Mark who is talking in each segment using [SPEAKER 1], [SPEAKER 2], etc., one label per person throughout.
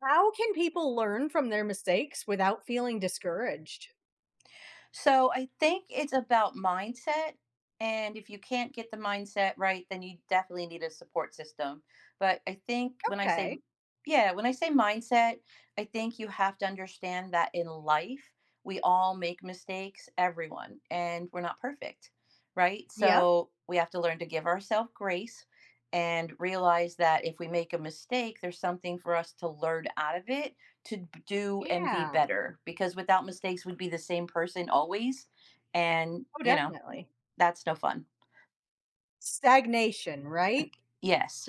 [SPEAKER 1] How can people learn from their mistakes without feeling discouraged?
[SPEAKER 2] So I think it's about mindset. And if you can't get the mindset right, then you definitely need a support system. But I think
[SPEAKER 1] Okay.
[SPEAKER 2] yeah, when I say mindset, I think you have to understand that in life, we all make mistakes, everyone, and we're not perfect, right?
[SPEAKER 1] Yep.
[SPEAKER 2] So we have to learn to give ourselves grace and realize that if we make a mistake, there's something for us to learn out of it to do and be
[SPEAKER 1] Yeah.
[SPEAKER 2] better, because without mistakes we'd be the same person always, and
[SPEAKER 1] Oh, definitely.
[SPEAKER 2] that's no fun.
[SPEAKER 1] Stagnation, right?
[SPEAKER 2] Yes.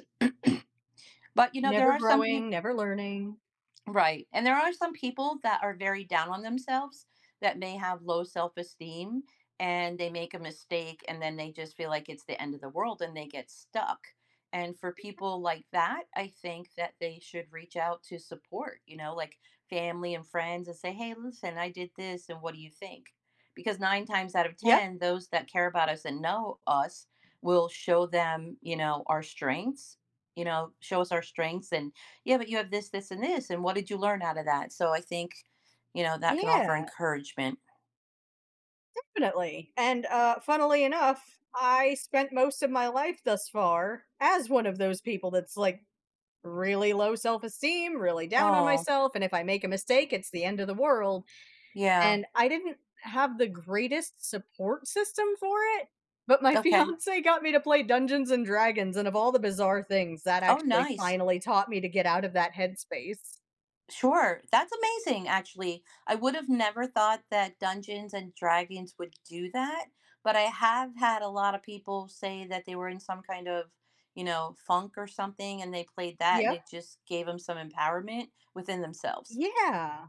[SPEAKER 2] But there
[SPEAKER 1] Never
[SPEAKER 2] are some peop—
[SPEAKER 1] growing, never learning.
[SPEAKER 2] Right. And there are some people that are very down on themselves, that may have low self esteem, and they make a mistake and then they just feel like it's the end of the world and they get stuck. And for people like that, I think that they should reach out to support, like family and friends, and say, hey, listen, I did this and what do you think? Because nine times out of
[SPEAKER 1] Yep.
[SPEAKER 2] 10, those that care about us and know us will show them, our strengths, show us our strengths, and yeah, but you have this, this, and this, and what did you learn out of that? So I think, that can offer
[SPEAKER 1] Yeah,
[SPEAKER 2] encouragement.
[SPEAKER 1] definitely. And Funnily enough, I spent most of my life thus far as one of those people that's like really low self esteem, really down on
[SPEAKER 2] Oh,
[SPEAKER 1] myself. And if I make a mistake, it's the end of the world.
[SPEAKER 2] yeah.
[SPEAKER 1] And I didn't have the greatest support system for it, but my
[SPEAKER 2] Okay.
[SPEAKER 1] fiancé got me to play Dungeons & and Dragons, and of all the bizarre things, that
[SPEAKER 2] Oh,
[SPEAKER 1] actually
[SPEAKER 2] nice.
[SPEAKER 1] finally taught me to get out of that headspace.
[SPEAKER 2] Sure. That's amazing, actually. I would have never thought that Dungeons and Dragons would do that, but I have had a lot of people say that they were in some kind of, funk or something, and they played that, and
[SPEAKER 1] Yep.
[SPEAKER 2] it just gave them some empowerment within themselves.
[SPEAKER 1] Yeah.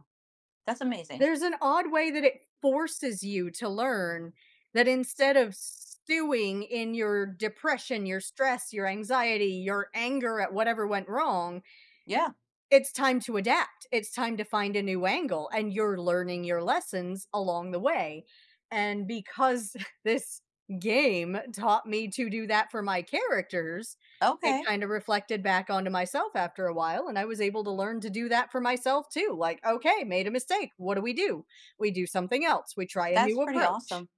[SPEAKER 2] That's amazing.
[SPEAKER 1] There's an odd way that it forces you to learn that instead of stewing in your depression, your stress, your anxiety, your anger at whatever went wrong,
[SPEAKER 2] Yeah.
[SPEAKER 1] it's time to adapt. It's time to find a new angle, and you're learning your lessons along the way. And because this game taught me to do that for my characters, it
[SPEAKER 2] Okay.
[SPEAKER 1] kind of reflected back onto myself after a while, and I was able to learn to do that for myself too. Like, okay, made a mistake. What do we do? We do something else, we try a
[SPEAKER 2] That's
[SPEAKER 1] new
[SPEAKER 2] pretty
[SPEAKER 1] approach.
[SPEAKER 2] awesome.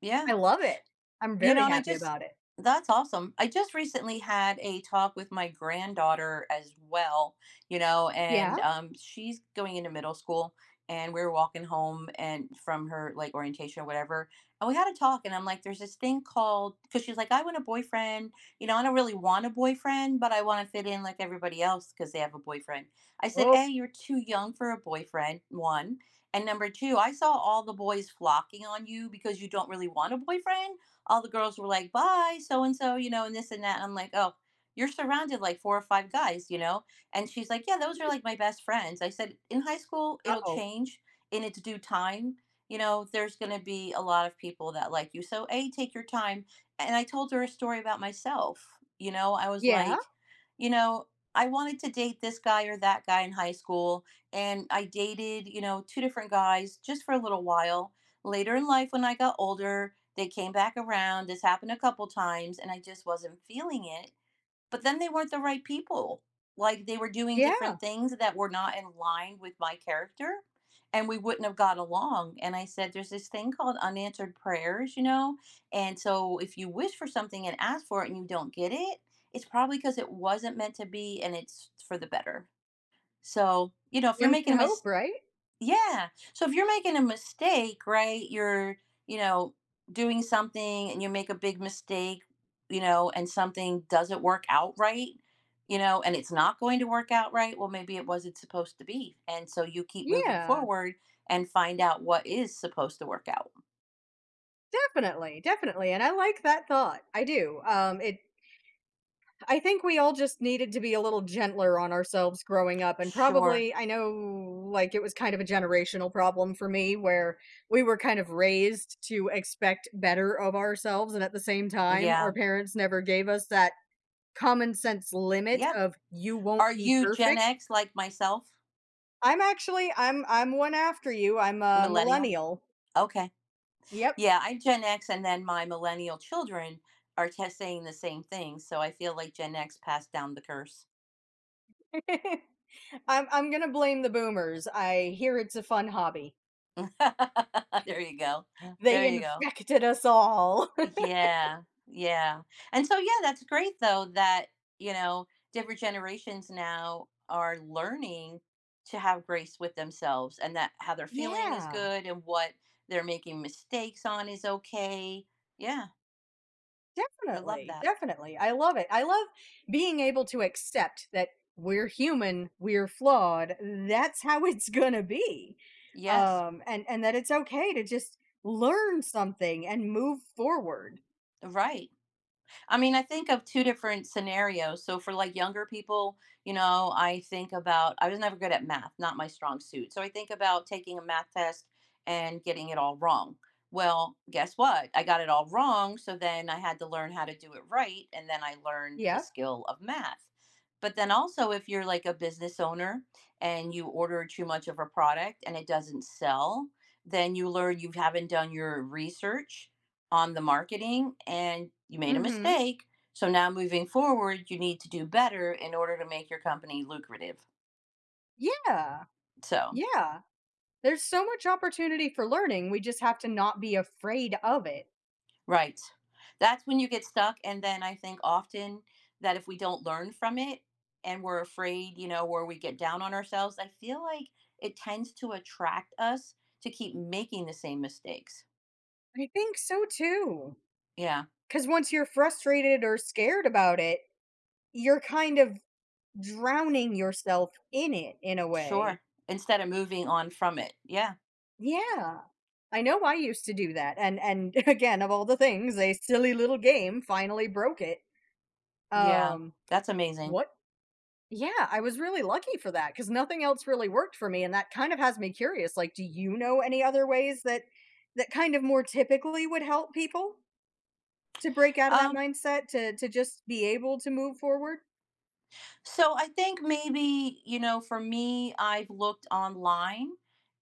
[SPEAKER 2] Yeah.
[SPEAKER 1] I love it. I'm
[SPEAKER 2] You know,
[SPEAKER 1] very
[SPEAKER 2] and I
[SPEAKER 1] happy
[SPEAKER 2] just
[SPEAKER 1] about it.
[SPEAKER 2] That's awesome. I just recently had a talk with my granddaughter as well,
[SPEAKER 1] Yeah.
[SPEAKER 2] and she's going into middle school, and we were walking home and from her, like, orientation or whatever. And we had a talk and I'm like, there's this thing called, because she's like, I want a boyfriend. I don't really want a boyfriend, but I want to fit in like everybody else because they have a boyfriend. I said,
[SPEAKER 1] Oh,
[SPEAKER 2] hey, you're too young for a boyfriend, one. And number two, I saw all the boys flocking on you. Because you don't really want a boyfriend, all the girls were like, bye, so and so, and this and that. And I'm like, oh, you're surrounded like four or five guys, you know? And she's like, yeah, those are like my best friends. I said, in high school,
[SPEAKER 1] uh
[SPEAKER 2] it'll
[SPEAKER 1] oh.
[SPEAKER 2] change in its due time. There's going to be a lot of people that like you. So, A, take your time. And I told her a story about myself. I was
[SPEAKER 1] Yeah.
[SPEAKER 2] like, you know, I wanted to date this guy or that guy in high school. And I dated, two different guys just for a little while. Later in life, when I got older, they came back around. This happened a couple times and I just wasn't feeling it. But then they weren't the right people. Like, they were doing
[SPEAKER 1] Yeah.
[SPEAKER 2] different things that were not in line with my character and we wouldn't have got along. And I said, there's this thing called unanswered prayers, you know? And so if you wish for something and ask for it and you don't get it, it's probably because it wasn't meant to be and it's for the better. So, you know, if you're
[SPEAKER 1] One
[SPEAKER 2] making
[SPEAKER 1] can
[SPEAKER 2] a mis-
[SPEAKER 1] hope, right?
[SPEAKER 2] Yeah. So if you're making a mistake, right? You're, you know, doing something and you make a big mistake, and something doesn't work out right, and it's not going to work out right, well, maybe it wasn't supposed to be. And so you keep moving
[SPEAKER 1] Yeah.
[SPEAKER 2] forward and find out what is supposed to work out.
[SPEAKER 1] Definitely, definitely, and I like that thought. I do. It, I think we all just needed to be a little gentler on ourselves growing up, and
[SPEAKER 2] Sure.
[SPEAKER 1] probably I know like it was kind of a generational problem for me where we were kind of raised to expect better of ourselves, and at the same time our
[SPEAKER 2] Yeah.
[SPEAKER 1] parents never gave us that common sense limit
[SPEAKER 2] Yep.
[SPEAKER 1] of you won't
[SPEAKER 2] Are
[SPEAKER 1] be
[SPEAKER 2] you Gen
[SPEAKER 1] perfect.
[SPEAKER 2] X like myself?
[SPEAKER 1] I'm actually I'm one after you. I'm a
[SPEAKER 2] Millennial?
[SPEAKER 1] millennial.
[SPEAKER 2] Okay.
[SPEAKER 1] Yep.
[SPEAKER 2] Yeah, I'm Gen X, and then my millennial children are just saying the same thing. So I feel like Gen X passed down the curse.
[SPEAKER 1] I'm going to blame the boomers. I hear it's a fun hobby.
[SPEAKER 2] There you go. There
[SPEAKER 1] They
[SPEAKER 2] you go.
[SPEAKER 1] infected us all.
[SPEAKER 2] Yeah, yeah. And so, yeah, that's great, though, that, different generations now are learning to have grace with themselves, and that how they're feeling is
[SPEAKER 1] Yeah.
[SPEAKER 2] good and what they're making mistakes on is okay. Yeah, I love
[SPEAKER 1] Definitely,
[SPEAKER 2] that.
[SPEAKER 1] definitely. I love it. I love being able to accept that we're human, we're flawed. That's how it's gonna be.
[SPEAKER 2] Yes,
[SPEAKER 1] And that it's okay to just learn something and move forward.
[SPEAKER 2] right. I mean, I think of two different scenarios. So for like younger people, I think about, I was never good at math, not my strong suit. So I think about taking a math test and getting it all wrong. Well, guess what? I got it all wrong, so then I had to learn how to do it right and then I learned the
[SPEAKER 1] Yeah.
[SPEAKER 2] skill of math. But then also, if you're like a business owner and you order too much of a product and it doesn't sell, then you learn you haven't done your research on the marketing and you made a
[SPEAKER 1] Mhm.
[SPEAKER 2] mistake. So now, moving forward, you need to do better in order to make your company lucrative.
[SPEAKER 1] Yeah.
[SPEAKER 2] So,
[SPEAKER 1] Yeah. There's so much opportunity for learning. We just have to not be afraid of it.
[SPEAKER 2] right. That's when you get stuck. And then I think often that if we don't learn from it and we're afraid, where we get down on ourselves, I feel like it tends to attract us to keep making the same mistakes.
[SPEAKER 1] I think so too.
[SPEAKER 2] Yeah,
[SPEAKER 1] Because once you're frustrated or scared about it, you're kind of drowning yourself in it in a way.
[SPEAKER 2] sure. Instead of moving on from it. Yeah.
[SPEAKER 1] Yeah. I know I used to do that. And again, of all the things, a silly little game finally broke it.
[SPEAKER 2] Yeah.
[SPEAKER 1] Um
[SPEAKER 2] That's amazing.
[SPEAKER 1] what yeah, I was really lucky for that, cuz nothing else really worked for me, and that kind of has me curious, like do you know any other ways that that kind of more typically would help people to break out of that
[SPEAKER 2] Um,
[SPEAKER 1] mindset to just be able to move forward?
[SPEAKER 2] So I think maybe, for me, I've looked online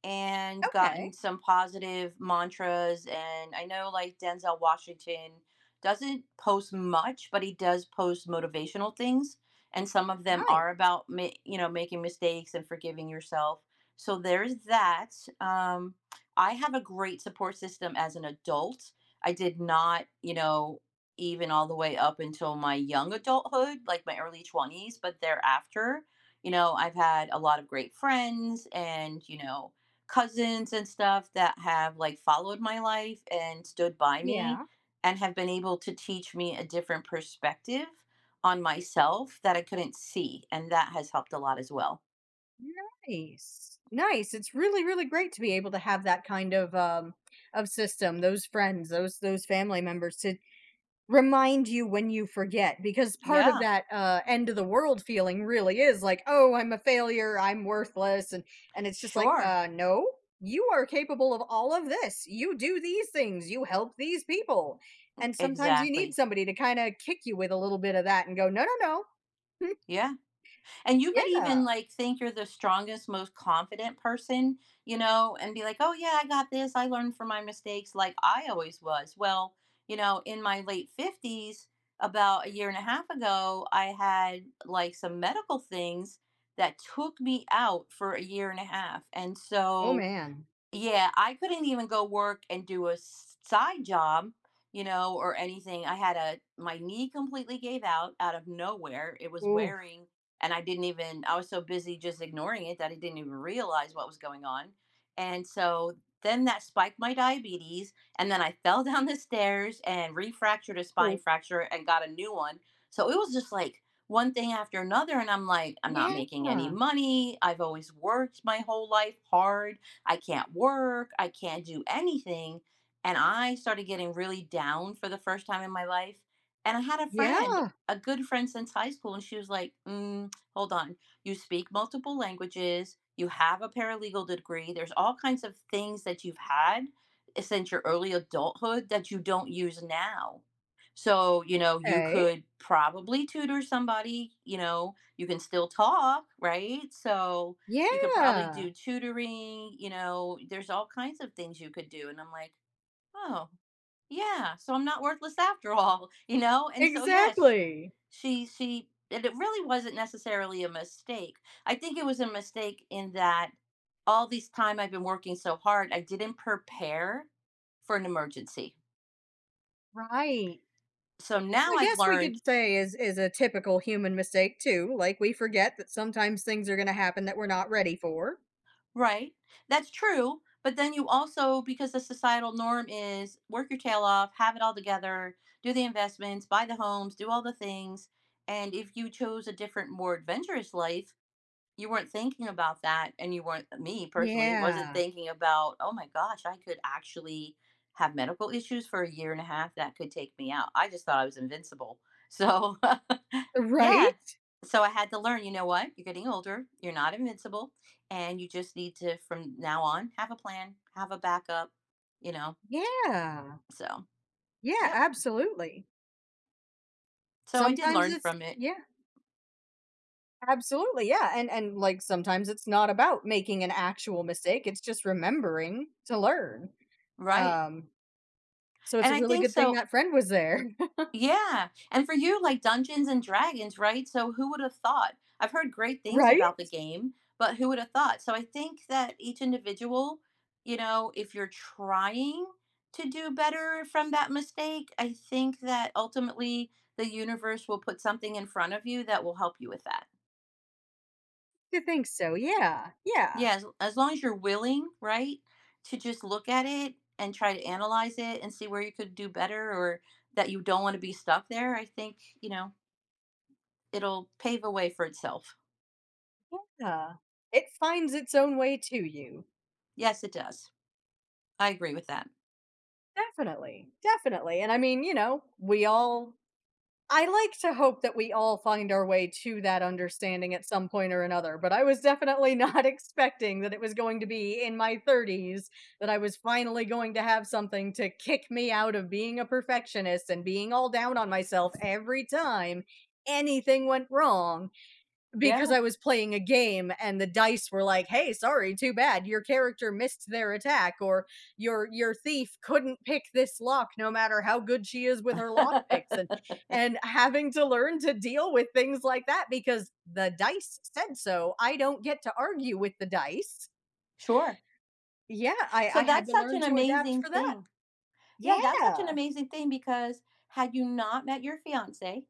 [SPEAKER 2] and gotten
[SPEAKER 1] Okay.
[SPEAKER 2] some positive mantras. And I know, like, Denzel Washington doesn't post much, but he does post motivational things. And some of them
[SPEAKER 1] Right.
[SPEAKER 2] are about making mistakes and forgiving yourself. So there's that. Um, I have a great support system as an adult. I did not, even all the way up until my young adulthood, like my early 20s, but thereafter, I've had a lot of great friends and, cousins and stuff that have like followed my life and stood by me
[SPEAKER 1] Yeah.
[SPEAKER 2] and have been able to teach me a different perspective on myself that I couldn't see. And that has helped a lot as well.
[SPEAKER 1] Nice, nice. It's really, really great to be able to have that kind of system, those friends, those family members to remind you when you forget, because part of
[SPEAKER 2] Yeah,
[SPEAKER 1] that end of the world feeling really is like, "Oh, I'm a failure, I'm worthless." And it's just like,
[SPEAKER 2] sure.
[SPEAKER 1] No, you are capable of all of this. You do these things, you help these people." And sometimes you need
[SPEAKER 2] Exactly.
[SPEAKER 1] somebody to kind of kick you with a little bit of that and go, "No, no, no."
[SPEAKER 2] Yeah. And you could
[SPEAKER 1] Yeah.
[SPEAKER 2] even like think you're the strongest, most confident person, and be like, oh, yeah, I got this. I learned from my mistakes like I always was. Well, in my late 50s, about a year and a half ago, I had like some medical things that took me out for a year and a half. And
[SPEAKER 1] Oh
[SPEAKER 2] so,
[SPEAKER 1] man.
[SPEAKER 2] yeah, I couldn't even go work and do a side job, or anything. I had a My knee completely gave out out of nowhere. It was
[SPEAKER 1] Ooh.
[SPEAKER 2] wearing, and I didn't even, I was so busy just ignoring it that I didn't even realize what was going on. And so then that spiked my diabetes, and then I fell down the stairs and refractured a spine fracture and got a new one. So it was just like one thing after another, and I'm like, I'm not
[SPEAKER 1] Yeah.
[SPEAKER 2] making any money. I've always worked my whole life hard. I can't work, I can't do anything. And I started getting really down for the first time in my life. And I had a friend,
[SPEAKER 1] Yeah.
[SPEAKER 2] a good friend since high school, and she was like, mm, hold on, you speak multiple languages, you have a paralegal degree, there's all kinds of things that you've had since your early adulthood that you don't use now. So, you
[SPEAKER 1] Okay.
[SPEAKER 2] could probably tutor somebody, you can still talk, right? So, you could probably
[SPEAKER 1] Yeah.
[SPEAKER 2] do tutoring, there's all kinds of things you could do." And I'm like, "Oh, yeah, so I'm not worthless after all," you know? And so, yeah, sh
[SPEAKER 1] Exactly.
[SPEAKER 2] she she and it really wasn't necessarily a mistake. I think it was a mistake in that all this time I've been working so hard, I didn't prepare for an emergency.
[SPEAKER 1] Right.
[SPEAKER 2] So
[SPEAKER 1] Which
[SPEAKER 2] now
[SPEAKER 1] I
[SPEAKER 2] I've
[SPEAKER 1] guess we
[SPEAKER 2] learned.
[SPEAKER 1] could say is a typical human mistake too. Like we forget that sometimes things are gonna happen that we're not ready for.
[SPEAKER 2] Right. That's true. But then you also, because the societal norm is work your tail off, have it all together, do the investments, buy the homes, do all the things. And if you chose a different, more adventurous life, you weren't thinking about that. And you weren't, me personally, wasn't
[SPEAKER 1] Yeah.
[SPEAKER 2] thinking about, oh my gosh, I could actually have medical issues for a year and a half that could take me out. I just thought I was invincible. So Yeah.
[SPEAKER 1] Right?
[SPEAKER 2] So I had to learn, you know what? You're getting older, you're not invincible, and you just need to, from now on, have a plan, have a backup, you know?
[SPEAKER 1] Yeah.
[SPEAKER 2] So,
[SPEAKER 1] Yeah,
[SPEAKER 2] yep.
[SPEAKER 1] absolutely.
[SPEAKER 2] So I did
[SPEAKER 1] Sometimes
[SPEAKER 2] learn
[SPEAKER 1] it's,
[SPEAKER 2] from it.
[SPEAKER 1] yeah, absolutely. Yeah. And like sometimes it's not about making an actual mistake. It's just remembering to learn.
[SPEAKER 2] Right.
[SPEAKER 1] Um, so it's
[SPEAKER 2] And
[SPEAKER 1] a
[SPEAKER 2] I
[SPEAKER 1] really
[SPEAKER 2] think
[SPEAKER 1] good thing
[SPEAKER 2] so.
[SPEAKER 1] that friend was there.
[SPEAKER 2] Yeah. And for you, like Dungeons and Dragons, right? So, who would have thought? I've heard great things
[SPEAKER 1] Right?
[SPEAKER 2] about the game, but who would have thought? So I think that each individual, if you're trying to do better from that mistake, I think that ultimately the universe will put something in front of you that will help you with that.
[SPEAKER 1] You think so, yeah, yeah,
[SPEAKER 2] Yeah, as long as you're willing, right, to just look at it and try to analyze it and see where you could do better, or that you don't want to be stuck there, I think, it'll pave a way for itself.
[SPEAKER 1] yeah. It finds its own way to you.
[SPEAKER 2] Yes, it does. I agree with that.
[SPEAKER 1] Definitely, definitely, and I mean, you know, we all, I like to hope that we all find our way to that understanding at some point or another, but I was definitely not expecting that it was going to be in my 30s that I was finally going to have something to kick me out of being a perfectionist and being all down on myself every time anything went wrong. Because
[SPEAKER 2] Yeah.
[SPEAKER 1] I was playing a game and the dice were like, "Hey, sorry, too bad. Your character missed their attack," or "Your thief couldn't pick this lock no matter how good she is with her lock picks," and having to learn to deal with things like that because the dice said so. I don't get to argue with the dice.
[SPEAKER 2] Sure.
[SPEAKER 1] Yeah, I
[SPEAKER 2] So
[SPEAKER 1] had
[SPEAKER 2] that's
[SPEAKER 1] to
[SPEAKER 2] such
[SPEAKER 1] learn
[SPEAKER 2] an
[SPEAKER 1] to adapt
[SPEAKER 2] amazing
[SPEAKER 1] for that.
[SPEAKER 2] thing. Yeah, that's such an
[SPEAKER 1] Yeah.
[SPEAKER 2] amazing thing, because had you not met your fiance,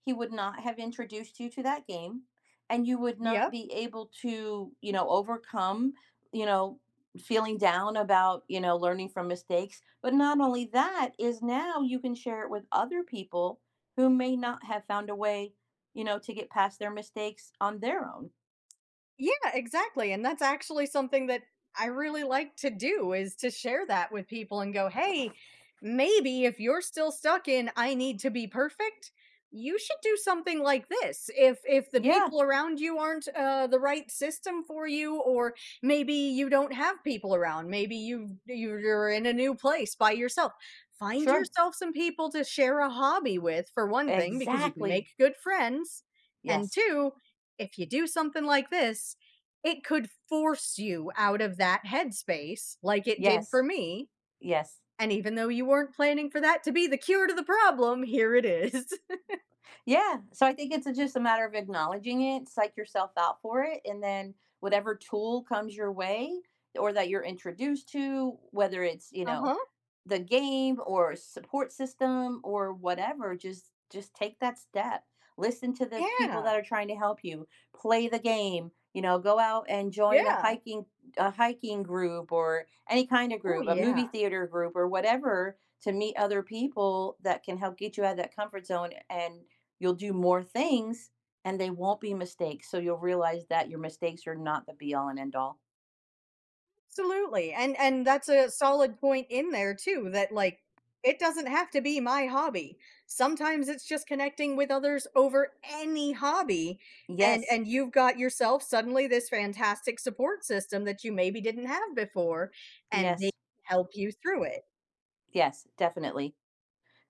[SPEAKER 2] he would not have introduced you to that game, and you would not
[SPEAKER 1] Yep.
[SPEAKER 2] be able to, overcome, you know, feeling down about, learning from mistakes. But not only that, is now you can share it with other people who may not have found a way, to get past their mistakes on their own.
[SPEAKER 1] Yeah, exactly, and that's actually something that I really like to do is to share that with people and go, "Hey, maybe if you're still stuck in 'I need to be perfect,' you should do something like this. If the
[SPEAKER 2] Yeah,
[SPEAKER 1] people around you aren't, the right system for you, or maybe you don't have people around, maybe you're in a new place by yourself, find
[SPEAKER 2] sure.
[SPEAKER 1] yourself some people to share a hobby with, for one thing, because you can
[SPEAKER 2] Exactly.
[SPEAKER 1] make good friends, and
[SPEAKER 2] Yes.
[SPEAKER 1] two if you do something like this, it could force you out of that headspace like it did for
[SPEAKER 2] Yes.
[SPEAKER 1] me.
[SPEAKER 2] Yes.
[SPEAKER 1] And even though you weren't planning for that to be the cure to the problem, here it is."
[SPEAKER 2] Yeah. So I think just a matter of acknowledging it, psych yourself out for it, and then whatever tool comes your way or that you're introduced to, whether it's,
[SPEAKER 1] Uh-huh.
[SPEAKER 2] the game or a support system or whatever, just take that step. Listen to the people that
[SPEAKER 1] Yeah.
[SPEAKER 2] are trying to help you. Play the game. Go out and join a
[SPEAKER 1] Yeah.
[SPEAKER 2] hiking a hiking group, or any kind of
[SPEAKER 1] Oh,
[SPEAKER 2] group, a
[SPEAKER 1] yeah.
[SPEAKER 2] movie theater group or whatever, to meet other people that can help get you out of that comfort zone, and you'll do more things and they won't be mistakes. So you'll realize that your mistakes are not the be all and end all.
[SPEAKER 1] Absolutely. And that's a solid point in there too, that like it doesn't have to be my hobby. Sometimes it's just connecting with others over any hobby,
[SPEAKER 2] Yes,
[SPEAKER 1] and you've got yourself suddenly this fantastic support system that you maybe didn't have before, and they
[SPEAKER 2] yes,
[SPEAKER 1] help you through it.
[SPEAKER 2] yes, definitely.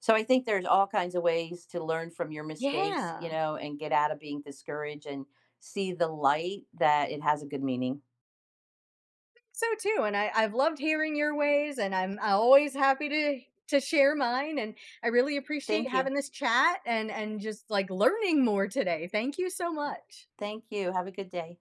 [SPEAKER 2] So I think there's all kinds of ways to learn from your mistakes,
[SPEAKER 1] Yeah.
[SPEAKER 2] and get out of being discouraged and see the light that it has a good meaning.
[SPEAKER 1] So too, and I I've loved hearing your ways, and I'm always happy to share mine, and I really appreciate
[SPEAKER 2] Thank you.
[SPEAKER 1] having this chat and just like learning more today. Thank you so much.
[SPEAKER 2] Thank you. Have a good day.